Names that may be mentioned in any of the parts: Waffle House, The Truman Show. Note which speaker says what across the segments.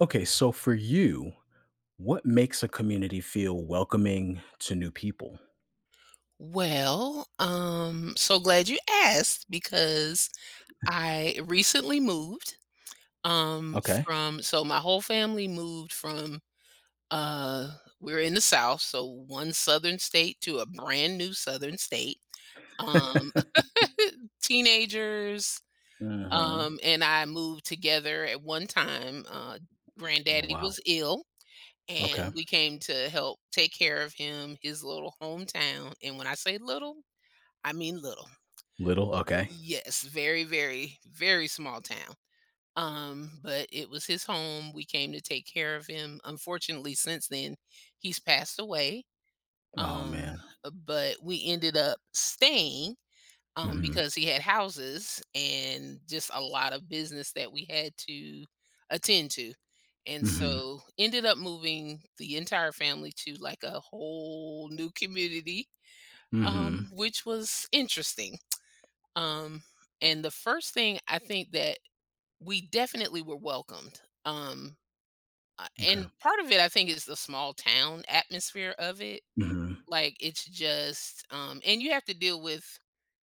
Speaker 1: Okay, so for you, what makes a community feel welcoming to new people?
Speaker 2: Well, so glad you asked because I recently moved, um
Speaker 1: Okay.
Speaker 2: from, so my whole family moved from, uh we're in the South, so one southern state to a brand new southern state. Um
Speaker 1: Hmm.
Speaker 2: Teenagers, and I moved together at one time.
Speaker 1: Oh
Speaker 2: Granddaddy
Speaker 1: wow.
Speaker 2: was ill,
Speaker 1: Okay.
Speaker 2: and we came to help take care of him, his little hometown. And when I say little, I mean little.
Speaker 1: Little. Okay.
Speaker 2: Yes, very, very, very small town. But it was his home. We came to take care of him. Unfortunately, since then, he's passed away.
Speaker 1: Oh
Speaker 2: Um,
Speaker 1: man.
Speaker 2: but we ended up staying,
Speaker 1: Hmm.
Speaker 2: because he had houses and just a lot of business that we had to attend to. And
Speaker 1: Hmm.
Speaker 2: so ended up moving the entire family to, like, a whole new community,
Speaker 1: Hmm.
Speaker 2: which was interesting, um, and the first thing I think that, we definitely were welcomed. Um,
Speaker 1: Okay.
Speaker 2: and part of it, I think, is the small town atmosphere of it.
Speaker 1: hmm
Speaker 2: Like it's just, and you have to deal with,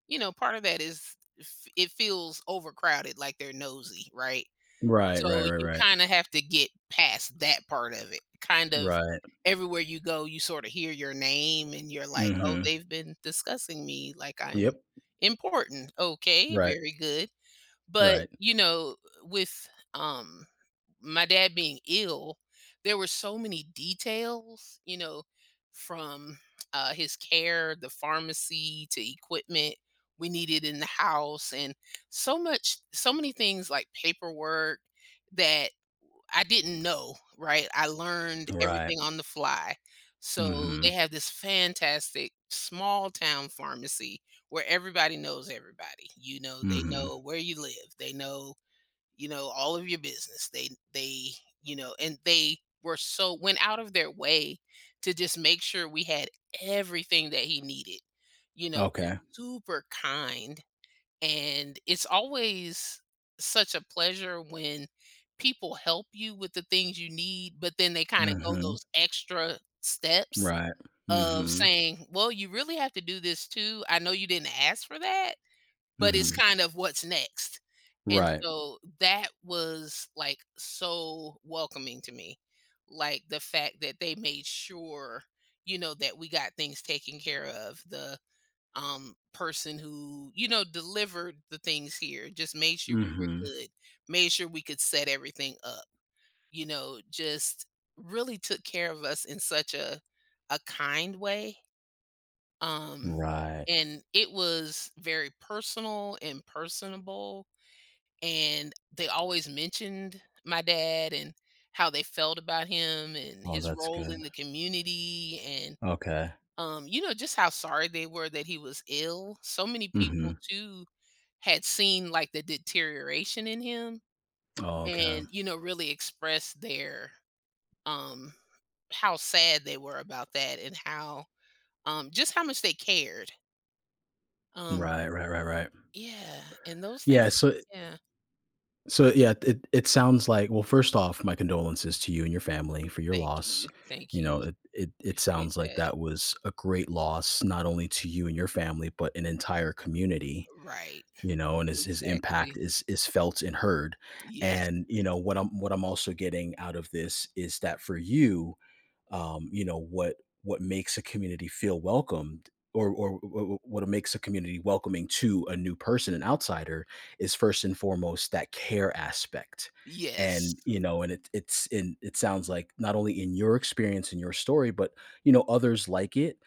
Speaker 2: part of that is it feels overcrowded, like they're nosy, right?
Speaker 1: Right.
Speaker 2: So
Speaker 1: Right.
Speaker 2: you
Speaker 1: Right.
Speaker 2: kind of have to get past that part of it. Kind of
Speaker 1: Right. Right.
Speaker 2: everywhere you go, you sort of hear your name and you're like, oh,
Speaker 1: Hmm.
Speaker 2: they've been discussing me like I'm
Speaker 1: Yep.
Speaker 2: important. Okay,
Speaker 1: Right.
Speaker 2: very good. But,
Speaker 1: Right.
Speaker 2: with, my dad being ill, there were so many details, from, his care, the pharmacy, to equipment we needed in the house, and so many things like paperwork that I didn't know, right? I learned
Speaker 1: Right.
Speaker 2: everything on the fly. So they
Speaker 1: Hmm.
Speaker 2: have this fantastic small town pharmacy where everybody knows everybody. You know, they
Speaker 1: Hmm.
Speaker 2: know where you live. They know, all of your business. They, and they were so went out of their way to just make sure we had everything that he needed. You know, we're
Speaker 1: Okay.
Speaker 2: super kind, and it's always such a pleasure when people help you with the things you need, but then they kinda go
Speaker 1: Hmm.
Speaker 2: those extra steps
Speaker 1: Right.
Speaker 2: of
Speaker 1: Hmm.
Speaker 2: saying, "Well, you really have to do this too. I know you didn't ask for that, but it's
Speaker 1: Hmm.
Speaker 2: kind of what's next." And
Speaker 1: Right.
Speaker 2: so that was, like, so welcoming to me. Like, the fact that they made sure, that we got things taken care of. The person who delivered the things here just made sure we were
Speaker 1: Hmm.
Speaker 2: good, made sure we could set everything up, just really took care of us in such a kind way, um
Speaker 1: Right.
Speaker 2: and it was very personal and personable, and they always mentioned my dad and how they felt about him and
Speaker 1: Oh,
Speaker 2: his
Speaker 1: that's
Speaker 2: role in
Speaker 1: good.
Speaker 2: the community and,
Speaker 1: Okay.
Speaker 2: just how sorry they were that he was ill. So many
Speaker 1: Mm-hmm.
Speaker 2: people, too, had seen, like, the deterioration in him,
Speaker 1: Oh, okay.
Speaker 2: and, you know, really expressed their um how sad they were about that and how just how much they cared. Um
Speaker 1: Right, right, right, right.
Speaker 2: yeah, and those things,
Speaker 1: Yeah, so
Speaker 2: yeah.
Speaker 1: so yeah, it sounds like, well, first off, my condolences to you and your family for your
Speaker 2: Thank
Speaker 1: loss.
Speaker 2: you. Thank
Speaker 1: You
Speaker 2: you.
Speaker 1: know, it
Speaker 2: Appreciate
Speaker 1: sounds like
Speaker 2: that.
Speaker 1: that was a great loss, not only to you and your family, but an entire community,
Speaker 2: Right.
Speaker 1: you know, and his impact
Speaker 2: Exactly.
Speaker 1: is felt and heard.
Speaker 2: Yes.
Speaker 1: And, you know, what I'm also getting out of this is that for you, you know, what makes a community feel welcomed, or what makes a community welcoming to a new person, an outsider, is first and foremost that care aspect.
Speaker 2: Yes.
Speaker 1: And you know and it, it's in it sounds like, not only in your experience and your story, but, you know, others like it.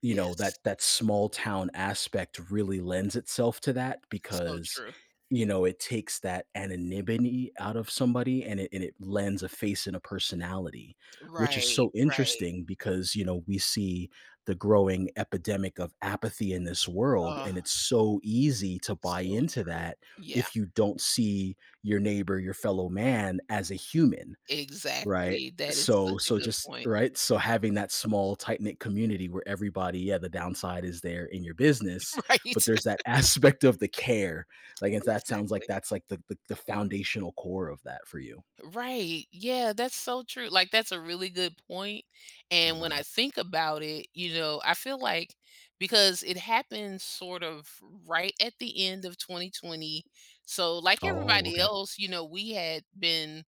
Speaker 1: You know
Speaker 2: Yes.
Speaker 1: that that small town aspect really lends itself to that,
Speaker 2: So
Speaker 1: because,
Speaker 2: true.
Speaker 1: you know, it takes that anonymity out of somebody, and it lends a face and a personality, which is
Speaker 2: Right.
Speaker 1: so
Speaker 2: Right.
Speaker 1: interesting because, you know, we see the growing epidemic of apathy in this world,
Speaker 2: Oh,
Speaker 1: and it's so easy to buy
Speaker 2: so
Speaker 1: into
Speaker 2: true.
Speaker 1: that
Speaker 2: Yeah,
Speaker 1: if you don't see your neighbor, your fellow man, as a human, right?
Speaker 2: exactly. That is
Speaker 1: so
Speaker 2: such a
Speaker 1: so
Speaker 2: good
Speaker 1: just,
Speaker 2: point.
Speaker 1: right, so having that small tight knit community where everybody, yeah, the downside is, there in your business, but
Speaker 2: Right.
Speaker 1: there's that aspect of the care. Like, if that sounds like,
Speaker 2: Exactly.
Speaker 1: that's like the foundational core of that for you.
Speaker 2: Right. Yeah, that's so true. Like that's a really good point. And when I
Speaker 1: Mhm.
Speaker 2: think about it, you know, I feel like, because it happened sort of right at the end of 2020. So like
Speaker 1: Oh,
Speaker 2: everybody
Speaker 1: okay.
Speaker 2: else, you know, we had been,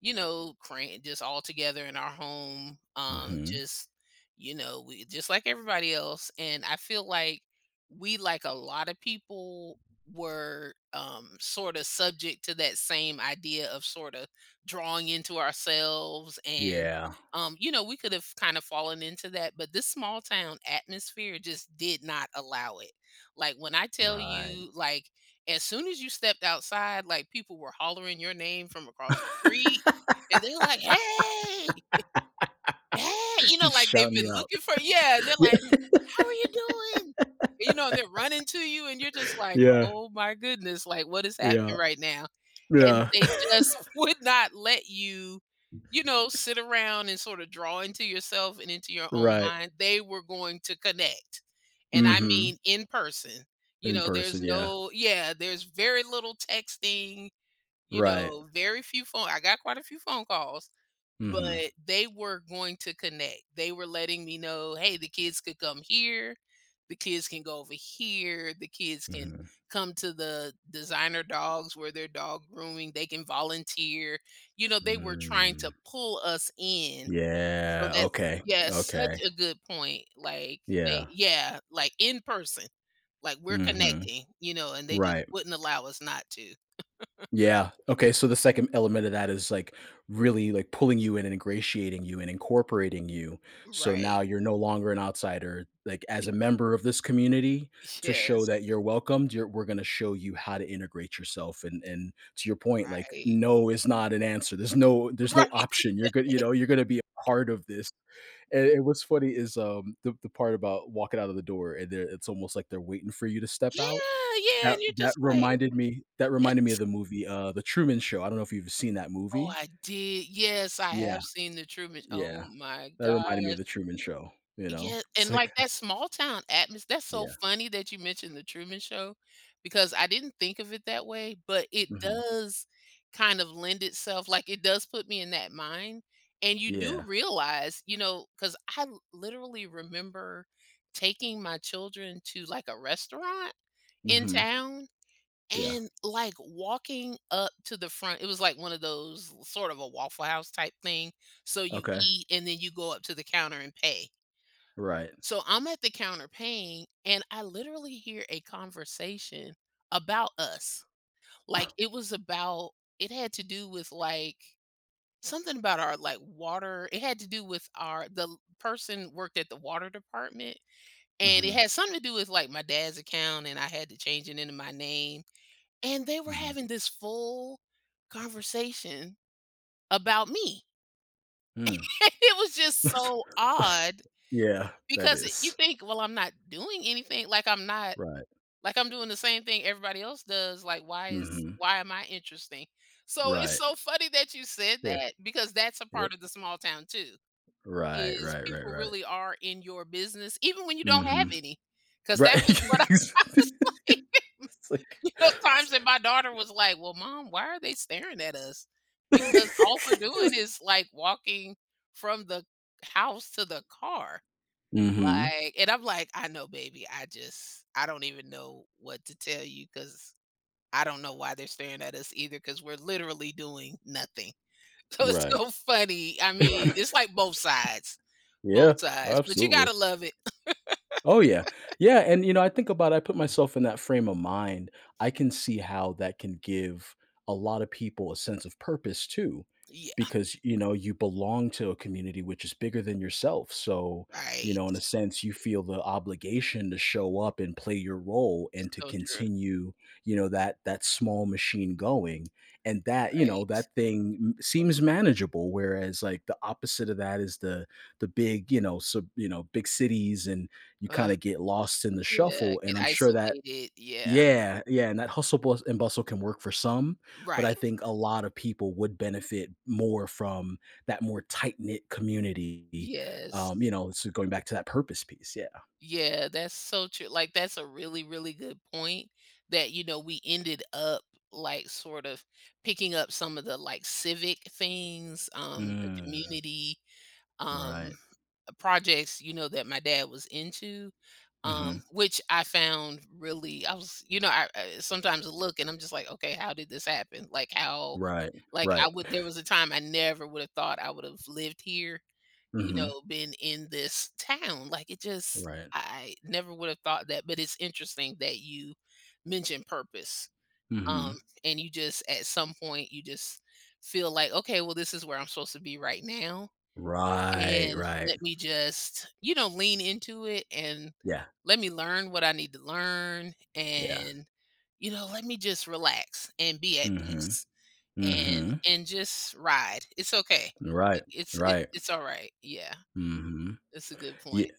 Speaker 2: you know, cran just all together in our home.
Speaker 1: Hmm.
Speaker 2: Just, you know, we just, like everybody else. And I feel like we, like a lot of people, were sort of subject to that same idea of sort of drawing into ourselves and,
Speaker 1: Yeah.
Speaker 2: we could have kind of fallen into that, but this small town atmosphere just did not allow it. Like when I tell
Speaker 1: Right.
Speaker 2: you, like as soon as you stepped outside, like people were hollering your name from across the street, and they're like, "Hey, hey," you know, like
Speaker 1: Shout
Speaker 2: they've
Speaker 1: me
Speaker 2: been
Speaker 1: out.
Speaker 2: looking for, yeah, and they're like, "How are you doing?" You know, and they're running to you, and you're just like,
Speaker 1: Yeah,
Speaker 2: "Oh my goodness, like what is
Speaker 1: yeah,
Speaker 2: happening right now?" And
Speaker 1: yeah,
Speaker 2: they
Speaker 1: yeah,
Speaker 2: just would not let you, sit around and sort of draw into yourself and into your own
Speaker 1: right.
Speaker 2: mind. They were going to connect. And I
Speaker 1: Mhm.
Speaker 2: mean in person. You
Speaker 1: In
Speaker 2: know, there's
Speaker 1: person, yeah,
Speaker 2: no, yeah, there's very little texting. You
Speaker 1: right.
Speaker 2: know, very few phone I got quite a few phone calls,
Speaker 1: Mhm,
Speaker 2: but they were going to connect. They were letting me know, "Hey, the kids could come here. The kids can go over here. The kids can
Speaker 1: mhm.
Speaker 2: come to the designer dogs where they're dog grooming. They can volunteer." You know, they were trying to
Speaker 1: Mm,
Speaker 2: pull us in. So
Speaker 1: yeah,
Speaker 2: that's,
Speaker 1: okay,
Speaker 2: yeah, such
Speaker 1: okay,
Speaker 2: a good point. Like they,
Speaker 1: yeah,
Speaker 2: yeah, like in person. Like we're
Speaker 1: mhm,
Speaker 2: connecting, you know, and they just
Speaker 1: right.
Speaker 2: wouldn't allow us not to.
Speaker 1: Yeah. Okay. So the second element of that is like really like pulling you in and ingratiating you and incorporating you. So
Speaker 2: Right.
Speaker 1: now you're no longer an outsider. Like, as a member of this community, to show
Speaker 2: Yes,
Speaker 1: that you're welcomed, we're going to show you how to integrate yourself. And to your point, like
Speaker 2: right.
Speaker 1: no is not an answer. There's no there's
Speaker 2: Right.
Speaker 1: no option. You're good. You know you're going to be a part of this. And what's funny is the part about walking out of the door, and it's almost like they're waiting for you to step
Speaker 2: Yeah,
Speaker 1: out.
Speaker 2: yeah,
Speaker 1: that
Speaker 2: and you're
Speaker 1: that
Speaker 2: just like,
Speaker 1: reminded me that
Speaker 2: "Yes."
Speaker 1: reminded me of the movie, The Truman Show. I don't know if you've seen that
Speaker 2: Oh,
Speaker 1: movie.
Speaker 2: I did. Yes, I
Speaker 1: Yeah,
Speaker 2: have seen The Truman. Oh
Speaker 1: yeah,
Speaker 2: my
Speaker 1: that reminded me
Speaker 2: gosh.
Speaker 1: of The Truman Show, you know?
Speaker 2: Yeah, and,
Speaker 1: It's
Speaker 2: like,
Speaker 1: like
Speaker 2: that small town atmosphere. That's so
Speaker 1: yeah,
Speaker 2: funny that you mentioned The Truman Show, because I didn't think of it that way, but it
Speaker 1: mhm,
Speaker 2: does kind of lend itself, like, it does put me in that mind, and you do
Speaker 1: yeah,
Speaker 2: realize, you know, because I l literally remember taking my children to, like, a restaurant in
Speaker 1: mhm,
Speaker 2: town.
Speaker 1: yeah,
Speaker 2: And, like, walking up to the front, it was like one of those sort of a Waffle House type thing. So you
Speaker 1: okay,
Speaker 2: eat, and then you go up to the counter and pay.
Speaker 1: right,
Speaker 2: So I'm at the counter paying, and I literally hear a conversation about us. Like, it was about it had to do with, like, something about our, like, water, it had to do with our the l person worked at the water department, and it
Speaker 1: mhm,
Speaker 2: had something to do with, like, my dad's account, and I had to change it into my name. And they were
Speaker 1: mhm,
Speaker 2: having this full conversation about me.
Speaker 1: mm.
Speaker 2: It was just so odd
Speaker 1: Yeah, that
Speaker 2: because you
Speaker 1: is,
Speaker 2: think, "Well, I'm not doing anything, like, I'm not,
Speaker 1: right,
Speaker 2: like, I'm doing the same thing everybody else does, like,
Speaker 1: mhm,
Speaker 2: why am I interesting?" So, it's
Speaker 1: right,
Speaker 2: so funny that you said
Speaker 1: yeah,
Speaker 2: that because that's a
Speaker 1: yep,
Speaker 2: part of the small town too,
Speaker 1: right,
Speaker 2: is
Speaker 1: right, right,
Speaker 2: people
Speaker 1: right,
Speaker 2: really are in your business even when you don't have
Speaker 1: mhm,
Speaker 2: any? Because that was
Speaker 1: right,
Speaker 2: what I I was like
Speaker 1: it's like.
Speaker 2: You know, times that my daughter was like, "Well, mom, why are they staring at us? Because all we're doing is, like, walking from the house to the car."
Speaker 1: Mhm,
Speaker 2: Like and I'm like, "I know, baby. I don't even know what to tell you because I don't know why they're staring at us either because 'cause we're literally doing nothing." So it's
Speaker 1: right.
Speaker 2: so funny. I mean, it's like both sides.
Speaker 1: Yeah,
Speaker 2: Both sides, but you gotta
Speaker 1: absolutely.
Speaker 2: love it.
Speaker 1: Oh, yeah. Yeah, and, you know, I think about it, I put myself in that frame of mind. I can see how that can give a lot of people a sense of purpose too,
Speaker 2: Yeah.
Speaker 1: because, you know, you belong to a community which is bigger than yourself. So, you know, in
Speaker 2: Right.
Speaker 1: a sense, you feel the obligation to show up and play your role
Speaker 2: It's
Speaker 1: and to
Speaker 2: so true,
Speaker 1: continue, you know, that small machine going. And that, you know,
Speaker 2: right.
Speaker 1: that thing seems manageable, whereas like the opposite of that is the big, you know, you know, big cities, and you
Speaker 2: Ugh,
Speaker 1: kind of get lost in the
Speaker 2: yeah,
Speaker 1: shuffle. And
Speaker 2: get
Speaker 1: I'm sure that,
Speaker 2: isolated, yeah.
Speaker 1: yeah, yeah, and that hustle and bustle can work for some, but I
Speaker 2: Right.
Speaker 1: think a lot of people would benefit more from that more tight knit community.
Speaker 2: Yes.
Speaker 1: You know, so going back to that purpose piece, yeah.
Speaker 2: Yeah, that's so true. Like that's a really, really good point that, you know, we ended up, like, sort of picking up some of the, like, civic things, the
Speaker 1: Mm,
Speaker 2: community um
Speaker 1: right.
Speaker 2: projects, you know, that my dad was into.
Speaker 1: Hmm.
Speaker 2: Which I found really, I was, you know, I sometimes look and I'm just like, okay, how did this happen? Like how,
Speaker 1: Right.
Speaker 2: like
Speaker 1: Right.
Speaker 2: I would, there was a time I never would have thought I would have lived here, you
Speaker 1: Hmm.
Speaker 2: know, been in this town. Like it just,
Speaker 1: Right.
Speaker 2: I never would have thought that, but it's interesting that you mentioned purpose. Um
Speaker 1: Hmm.
Speaker 2: and you just at some point you just feel like, okay, well, this is where I'm supposed to be right now,
Speaker 1: Right.
Speaker 2: and
Speaker 1: Right.
Speaker 2: let me just, you know, lean into it, and
Speaker 1: Yeah.
Speaker 2: let me learn what I need to learn,
Speaker 1: Yeah.
Speaker 2: and you know, let me just relax and be at
Speaker 1: Hmm.
Speaker 2: peace, and
Speaker 1: Hmm.
Speaker 2: and just ride. It's okay.
Speaker 1: Right.
Speaker 2: Like it's it's
Speaker 1: Right.
Speaker 2: it's all right. Yeah.
Speaker 1: Hmm.
Speaker 2: It's a good point.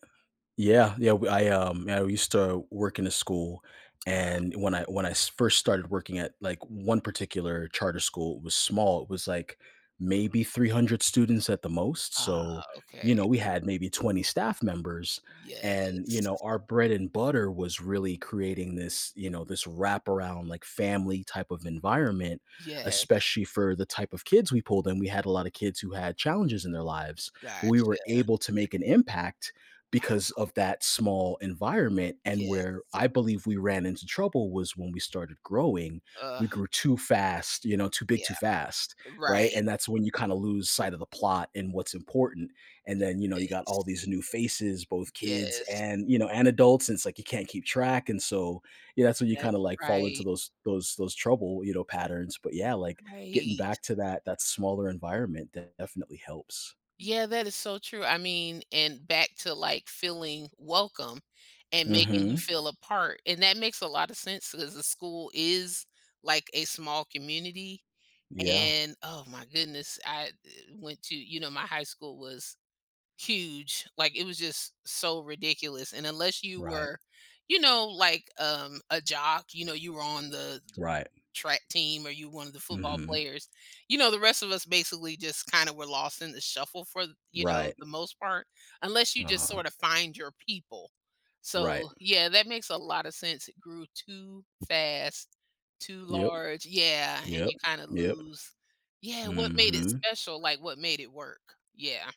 Speaker 1: Yeah, yeah. I used to work in a school, and when I first started working at like one particular charter school. It was small. It was like maybe 300 students at the most. So,
Speaker 2: Ah,
Speaker 1: you
Speaker 2: okay.
Speaker 1: know, we had maybe 20 staff members, and, you
Speaker 2: Yes.
Speaker 1: know, our bread and butter was really creating this, you know, this wraparound like family type of environment,
Speaker 2: Yes,
Speaker 1: especially for the type of kids we pulled in. We had a lot of kids who had challenges in their lives, but we were
Speaker 2: gotcha.
Speaker 1: able to make an impact
Speaker 2: Wow,
Speaker 1: because of that small environment. And
Speaker 2: yes.
Speaker 1: where I believe we ran into trouble was when we started growing.
Speaker 2: Uh,
Speaker 1: We grew too fast, you know, too big,
Speaker 2: yeah,
Speaker 1: too fast, right?
Speaker 2: right.
Speaker 1: And that's when you kind of lose sight of the plot and what's important. And
Speaker 2: Makes
Speaker 1: then, you know, you got all
Speaker 2: sense.
Speaker 1: these new faces, both kids
Speaker 2: Yes,
Speaker 1: and adults. And it's like you can't keep track. And so, yeah, that's when you kind of
Speaker 2: that's
Speaker 1: like fall into
Speaker 2: right,
Speaker 1: those trouble, you know, patterns. But yeah, like getting
Speaker 2: right.
Speaker 1: back to that smaller environment, that definitely helps.
Speaker 2: Yeah, that is so true. I mean, and back to, like, feeling welcome and making you
Speaker 1: Hmm.
Speaker 2: feel a part, and that makes a lot of sense because the school is like a small community,
Speaker 1: Yeah.
Speaker 2: and, oh my goodness, I, went to, you know, my high school was huge, like, it was just so ridiculous, and unless you
Speaker 1: Right.
Speaker 2: were, you know, like, a jock, you know, you were on the
Speaker 1: Right.
Speaker 2: track team or you one of the football
Speaker 1: Mhm.
Speaker 2: players, you know, the rest of us basically just kinda were lost in the shuffle for, you know,
Speaker 1: Right.
Speaker 2: the most part, unless you just
Speaker 1: Uh-huh.
Speaker 2: sorta find your people.
Speaker 1: Right.
Speaker 2: So, yeah, that makes a lot of sense. It grew too fast, too
Speaker 1: Yep.
Speaker 2: large, yeah, and you
Speaker 1: Yep.
Speaker 2: kinda
Speaker 1: Yep.
Speaker 2: lose, yeah, what made it
Speaker 1: Mhm.
Speaker 2: special, like, what made it work. Yeah.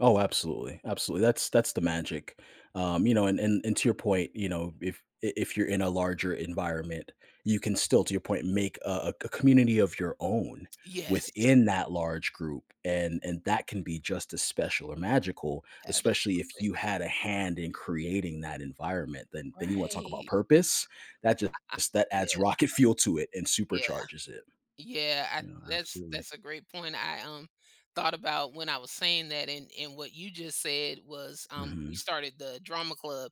Speaker 1: Oh, absolutely, absolutely. That's the magic. And to your point, you know, if you're in a larger environment, you can still, to your point, make a community of your own
Speaker 2: Yes.
Speaker 1: within that large group, and that can be just as special or magical,
Speaker 2: Absolutely.
Speaker 1: especially if you had a hand in creating that environment. Then you want to talk about
Speaker 2: Right.
Speaker 1: purpose. That just that adds
Speaker 2: Yes.
Speaker 1: rocket fuel to it and
Speaker 2: Yeah.
Speaker 1: supercharges it.
Speaker 2: Yeah, I
Speaker 1: You know, absolutely.
Speaker 2: that's a great point. I, thought about when I was saying that, and what you just said was, we
Speaker 1: Hmm.
Speaker 2: started the drama club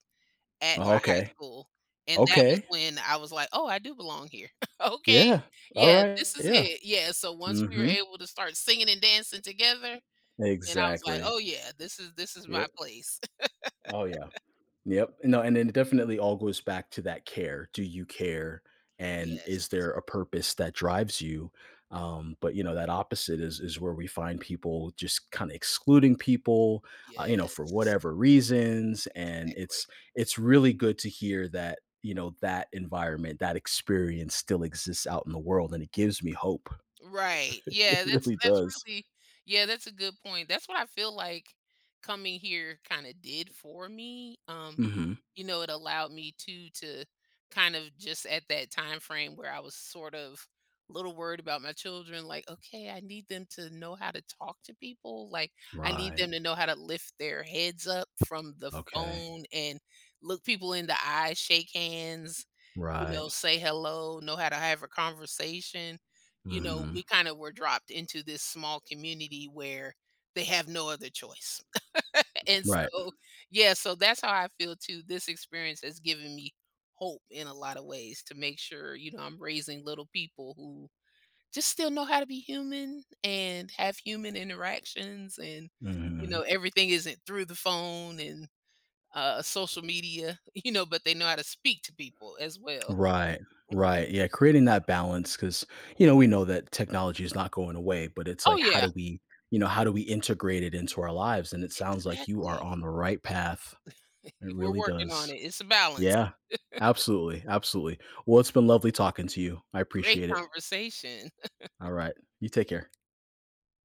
Speaker 2: at my high
Speaker 1: Okay.
Speaker 2: school, and that was
Speaker 1: Okay.
Speaker 2: when I was like, "Oh, I do belong here." Okay.
Speaker 1: Yeah. All
Speaker 2: Yeah,
Speaker 1: right.
Speaker 2: this is
Speaker 1: Yeah.
Speaker 2: it. Yeah, so once we were
Speaker 1: Mhm.
Speaker 2: able to start singing and dancing together, and I was like,
Speaker 1: Exactly.
Speaker 2: "Oh, yeah, this is my
Speaker 1: Yep.
Speaker 2: place."
Speaker 1: Oh, yeah. Yep. No, and then it definitely all goes back to that care. Do you care? And
Speaker 2: Yes.
Speaker 1: is there a purpose that drives you? But, you know, that opposite is where we find people just kind of excluding people, you know, for
Speaker 2: Yes.
Speaker 1: whatever reasons. And it's
Speaker 2: Exactly.
Speaker 1: it's really good to hear that, you know, that environment, that experience still exists out in the world. And it gives me hope.
Speaker 2: Right.
Speaker 1: It
Speaker 2: Yeah, that's
Speaker 1: really
Speaker 2: that's
Speaker 1: does.
Speaker 2: really, yeah, that's a good point. That's what I feel like coming here kind of did for me.
Speaker 1: Hmm.
Speaker 2: You know, it allowed me to kind of just at that time frame where I was sort of a little worried about my children, like, okay, I need them to know how to talk to people. Like I need them
Speaker 1: Right.
Speaker 2: to know how to lift their heads up from the
Speaker 1: Okay.
Speaker 2: phone and look people in the eye, shake hands, you
Speaker 1: Right.
Speaker 2: know, say hello, know how to have a conversation. You know,
Speaker 1: Mhm.
Speaker 2: we kind of were dropped into this small community where they have no other choice. And
Speaker 1: Right.
Speaker 2: so, yeah, so that's how I feel too. This experience has given me hope in a lot of ways to make sure, you know, I'm raising little people who just still know how to be human and have human interactions and, you know,
Speaker 1: Mhm.
Speaker 2: everything isn't through the phone and, social media, you know, but they know how to speak to people as well.
Speaker 1: Right. Right. Yeah, creating that balance, because, you know, we know that technology is not going away, but it's
Speaker 2: Oh,
Speaker 1: like, how
Speaker 2: yeah.
Speaker 1: do we you know, how do we integrate it into our lives? And it sounds like you are
Speaker 2: Exactly.
Speaker 1: on the right path. It
Speaker 2: We're
Speaker 1: really
Speaker 2: working on
Speaker 1: does.
Speaker 2: it. It's a balance.
Speaker 1: Yeah. Absolutely, absolutely. Well, it's been lovely talking to you. I
Speaker 2: Great
Speaker 1: appreciate it.
Speaker 2: conversation.
Speaker 1: All right. You take care.